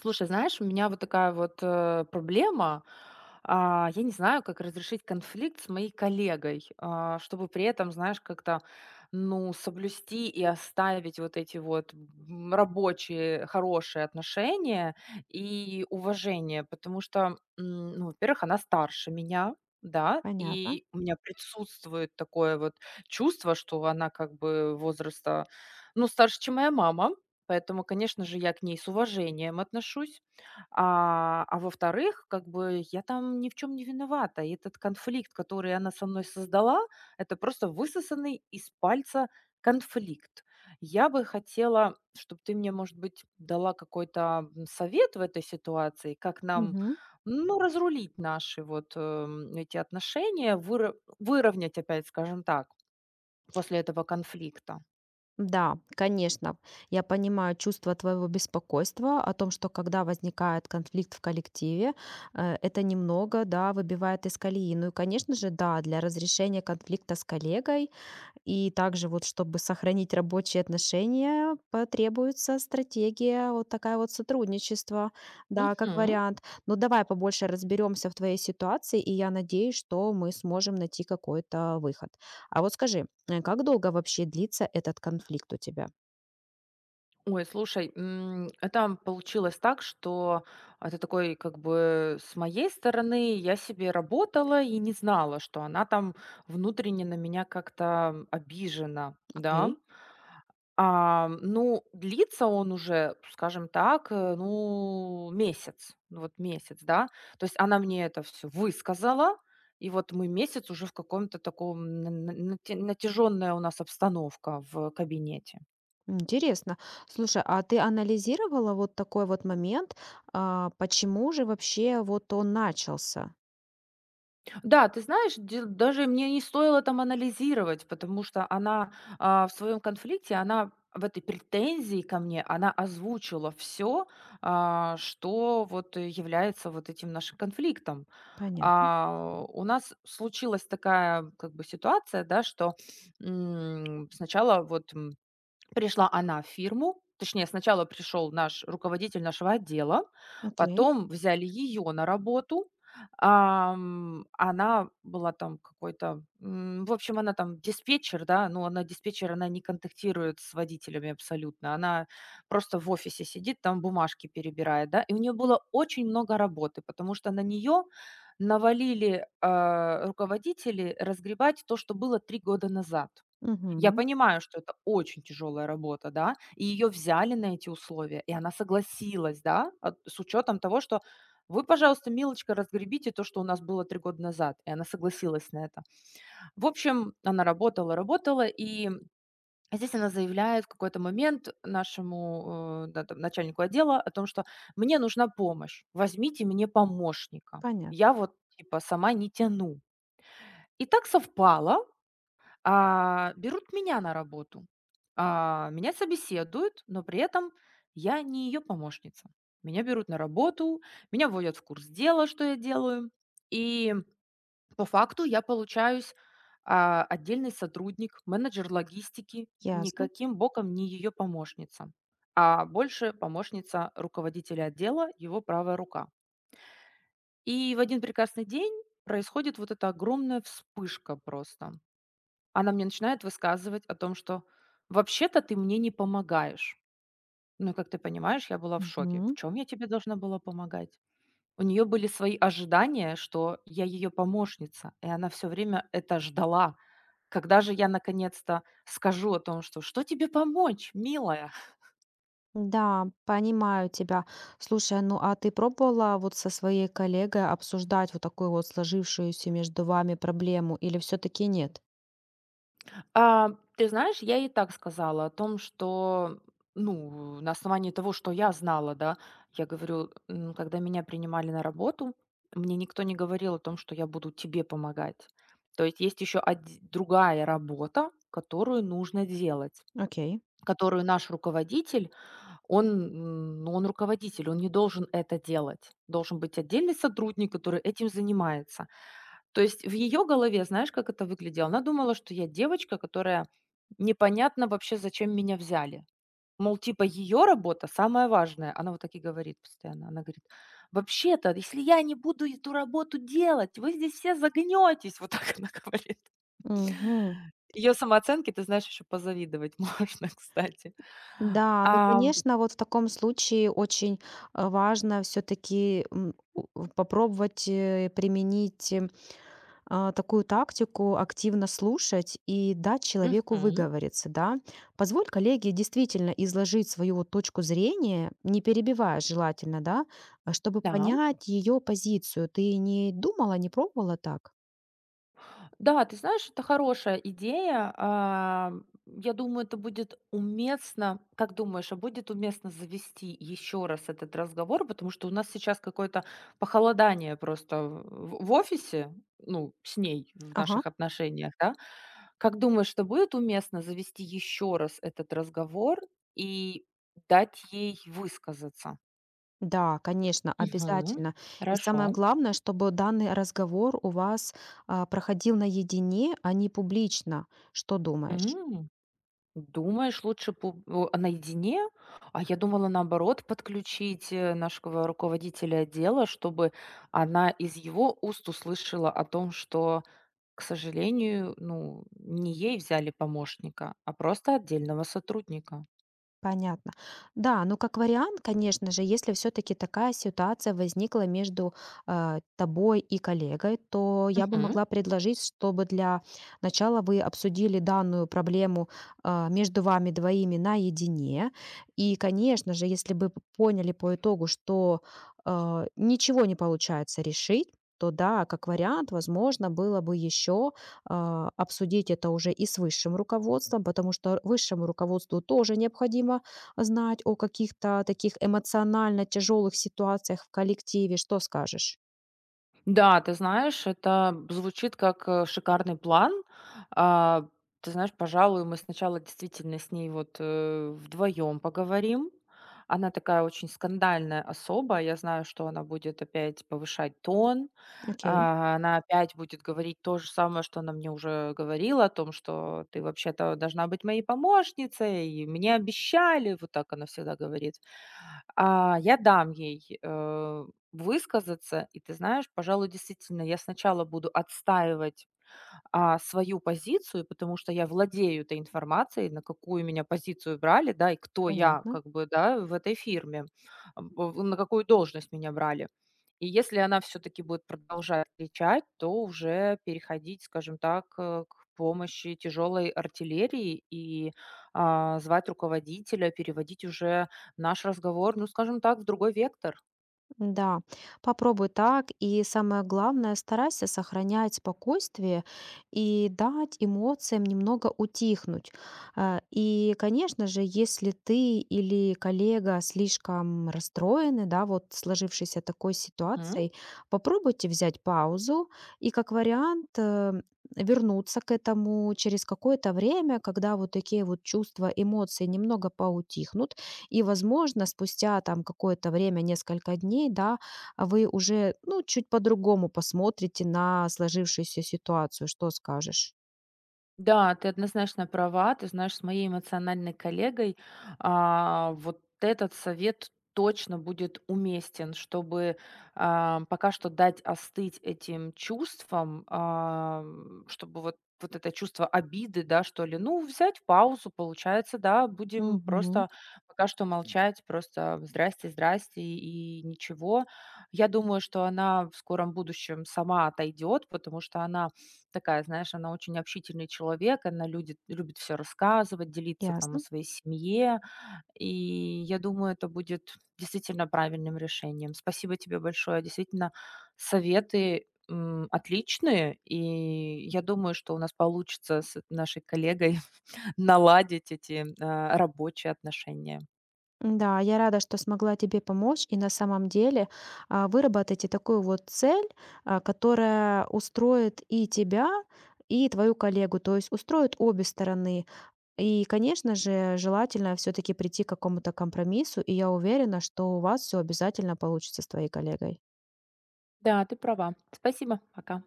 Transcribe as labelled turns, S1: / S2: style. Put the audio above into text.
S1: Слушай, знаешь, у меня вот такая вот проблема. Я не знаю, как разрешить конфликт с моей коллегой, чтобы при этом, знаешь, как-то, ну, соблюсти и оставить вот эти вот рабочие хорошие отношения и уважение, потому что, ну, во-первых, она старше меня, да,
S2: Понятно.
S1: и у меня присутствует такое вот чувство, что она как бы возраста, ну, старше, чем моя мама. Поэтому, конечно же, я к ней с уважением отношусь. А во-вторых, как бы я там ни в чем не виновата. И этот конфликт, который она со мной создала, это просто высосанный из пальца конфликт. Я бы хотела, чтобы ты мне, может быть, дала какой-то совет в этой ситуации, как нам,
S2: Мгм.
S1: ну, разрулить наши вот эти отношения, выровнять опять, скажем так, после этого конфликта.
S2: Да, конечно, я понимаю чувство твоего беспокойства о том, что когда возникает конфликт в коллективе, это немного, да, выбивает из колеи. Ну и, конечно же, да, для разрешения конфликта с коллегой и также вот, чтобы сохранить рабочие отношения, потребуется стратегия вот такая вот сотрудничество, да, как
S1: Мгм.
S2: вариант. Но давай побольше разберемся в твоей ситуации, и я надеюсь, что мы сможем найти какой-то выход. А вот скажи, как долго вообще длится этот конфликт у тебя?
S1: Ой, слушай, это получилось так, что это такой, как бы, с моей стороны, я себе работала и не знала, что она там внутренне на меня как-то обижена, да.
S2: Окей.
S1: Ну, длится он уже, скажем так, ну, месяц, ну, вот месяц, да. То есть она мне это все высказала, и вот мы месяц уже в каком-то таком натяжённая у нас обстановка в кабинете.
S2: Интересно. Слушай, а ты анализировала вот такой вот момент, почему же вообще вот он начался?
S1: Да, ты знаешь, даже мне не стоило там анализировать, потому что она в своем конфликте, она в этой претензии ко мне, она озвучила все, что вот является вот этим нашим конфликтом.
S2: Понятно.
S1: У нас случилась такая как бы ситуация, да, что сначала вот пришла она в фирму, точнее, сначала пришел наш руководитель нашего отдела,
S2: Окей.
S1: потом взяли ее на работу. Она была там какой-то, в общем, она там диспетчер, да, но она диспетчер, она не контактирует с водителями абсолютно, она просто в офисе сидит, там бумажки перебирает, да, и у нее было очень много работы, потому что на нее навалили руководители разгребать то, что было три года назад. Я
S2: Мгм.
S1: понимаю, что это очень тяжелая работа, да, и ее взяли на эти условия, и она согласилась, да, с учетом того, что вы, пожалуйста, милочка, разгребите то, что у нас было три года назад, и она согласилась на это. В общем, она работала, работала, и здесь она заявляет в какой-то момент нашему да, там, начальнику отдела о том, что мне нужна помощь, возьмите мне помощника,
S2: Понятно.
S1: я вот типа сама не тяну. И так совпало, берут меня на работу. Меня собеседуют, но при этом я не ее помощница. Меня берут на работу, меня вводят в курс дела, что я делаю. И по факту я получаюсь отдельный сотрудник, менеджер логистики,
S2: Ясно.
S1: никаким боком не ее помощница, а больше помощница руководителя отдела, его правая рука. И в один прекрасный день происходит вот эта огромная вспышка просто. Она мне начинает высказывать о том, что вообще-то ты мне не помогаешь. Ну, и как ты понимаешь, я была в шоке. В
S2: Мгм.
S1: чем я тебе должна была помогать? У нее были свои ожидания, что я ее помощница, и она все время это ждала. Когда же я наконец-то скажу о том, что что тебе помочь, милая?
S2: Да, понимаю тебя. Слушай, ну а ты пробовала вот со своей коллегой обсуждать вот такую вот сложившуюся между вами проблему или все-таки нет?
S1: А, Ты знаешь, я и так сказала о том, что, ну, на основании того, что я знала, да, я говорю, когда меня принимали на работу, мне никто не говорил о том, что я буду тебе помогать. То есть есть еще другая работа, которую нужно делать,
S2: Окей.
S1: которую наш руководитель, он, ну, он руководитель, он не должен это делать. Должен быть отдельный сотрудник, который этим занимается. То есть в ее голове, знаешь, как это выглядело? Она думала, что я девочка, которая непонятно вообще, зачем меня взяли. Мол, типа ее работа самая важная. Она вот так и говорит постоянно. Она говорит: "Вообще-то, если я не буду эту работу делать, вы здесь все загнётесь". Вот так она говорит.
S2: Мгм.
S1: Ее самооценке, ты знаешь, еще позавидовать можно, кстати.
S2: Да, ну,
S1: А,
S2: конечно, вот в таком случае очень важно все-таки попробовать такую тактику активно слушать и дать человеку
S1: мгм,
S2: выговориться, да. Позволь коллеге действительно изложить свою вот точку зрения, не перебивая желательно, да, а чтобы
S1: да.
S2: понять ее позицию. Ты не думала, не пробовала так?
S1: Да, ты знаешь, это хорошая идея. Я думаю, это будет уместно. Как думаешь, а будет уместно завести еще раз этот разговор? Потому что у нас сейчас какое-то похолодание просто в офисе, ну, с ней в
S2: Ага.
S1: наших отношениях, да? Как думаешь, что будет уместно завести еще раз этот разговор и дать ей высказаться?
S2: Да, конечно,
S1: Мгм.
S2: обязательно. И самое
S1: Хорошо.
S2: главное, чтобы данный разговор у вас проходил наедине, а не публично. Что думаешь?
S1: Думаешь, лучше пу о, а наедине? А я думала, наоборот, подключить, нашего руководителя отдела, чтобы она из его уст услышала о том, что, к сожалению, ну, не ей взяли помощника, а просто отдельного сотрудника.
S2: Понятно. Да, ну, как вариант, конечно же, если все таки такая ситуация возникла между, тобой и коллегой, то я бы могла предложить, чтобы для начала вы обсудили данную проблему, между вами двоими наедине. И, конечно же, если бы п поняли по итогу, что, ничего не получается решить, то да, как вариант, возможно, было бы еще, обсудить это уже и с высшим руководством, потому что высшему руководству тоже необходимо знать о каких-то таких эмоционально тяжелых ситуациях в коллективе. Что скажешь?
S1: Да, ты знаешь, это звучит как, шикарный план. А, Ты знаешь, пожалуй, мы сначала действительно с ней вот, вдвоем поговорим. Она такая очень скандальная особа. Я знаю, что она будет опять повышать тон.
S2: Окей,
S1: Она опять будет говорить то же самое, что она мне уже говорила, о том, что ты вообще-то должна быть моей помощницей, и мне обещали. Вот так она всегда говорит. Я дам ей, высказаться. И ты знаешь, пожалуй, действительно, я сначала буду отстаивать, свою позицию, потому что я владею этой информацией, на какую меня позицию брали, да, и кто я,
S2: понятно.
S1: как бы, да, в этой фирме, ам, в на какую должность меня брали. И если она все-таки будет продолжать кричать, то уже переходить, скажем так, к помощи тяжелой артиллерии и звать руководителя, переводить уже наш разговор, ну, скажем так, в другой вектор.
S2: Да, попробуй так. И самое главное, старайся сохранять спокойствие и дать эмоциям немного утихнуть. И, конечно же, если ты или коллега слишком расстроены, да, вот сложившейся такой
S1: Мгм.
S2: ситуацией, попробуйте взять паузу и, как вариант, вернуться к этому через какое-то время, когда вот такие вот чувства, эмоции немного поутихнут, и, возможно, спустя там какое-то время, несколько дней, да, а вы уже, ну, чуть по-другому посмотрите на сложившуюся ситуацию. Что скажешь?
S1: Да, ты однозначно права. Ты знаешь, с моей эмоциональной коллегой, вот этот совет точно будет уместен, чтобы, пока что дать остыть этим чувствам, чтобы вот вот это чувство обиды, да, что ли, ну, взять паузу, получается, да, будем
S2: Мгм.
S1: просто пока что молчать, просто здрасте, здрасте и ничего. Я думаю, что она в скором будущем сама отойдет, потому что она такая, знаешь, она очень общительный человек, она людит любит все рассказывать, делиться там о
S2: Ясно.
S1: своей семье. И я думаю, это будет действительно правильным решением. Спасибо тебе большое. Действительно, советы, отличные. И я думаю, что у нас получится с нашей коллегой наладить эти, рабочие отношения.
S2: Да, я рада, что смогла тебе помочь. И на самом деле выработайте такую вот цель, которая устроит и тебя, и твою коллегу, то есть устроит обе стороны. И, конечно же, желательно все-таки прийти к какому-то компромиссу, и я уверена, что у вас все обязательно получится с твоей коллегой.
S1: Да, ты права. Спасибо. Пока.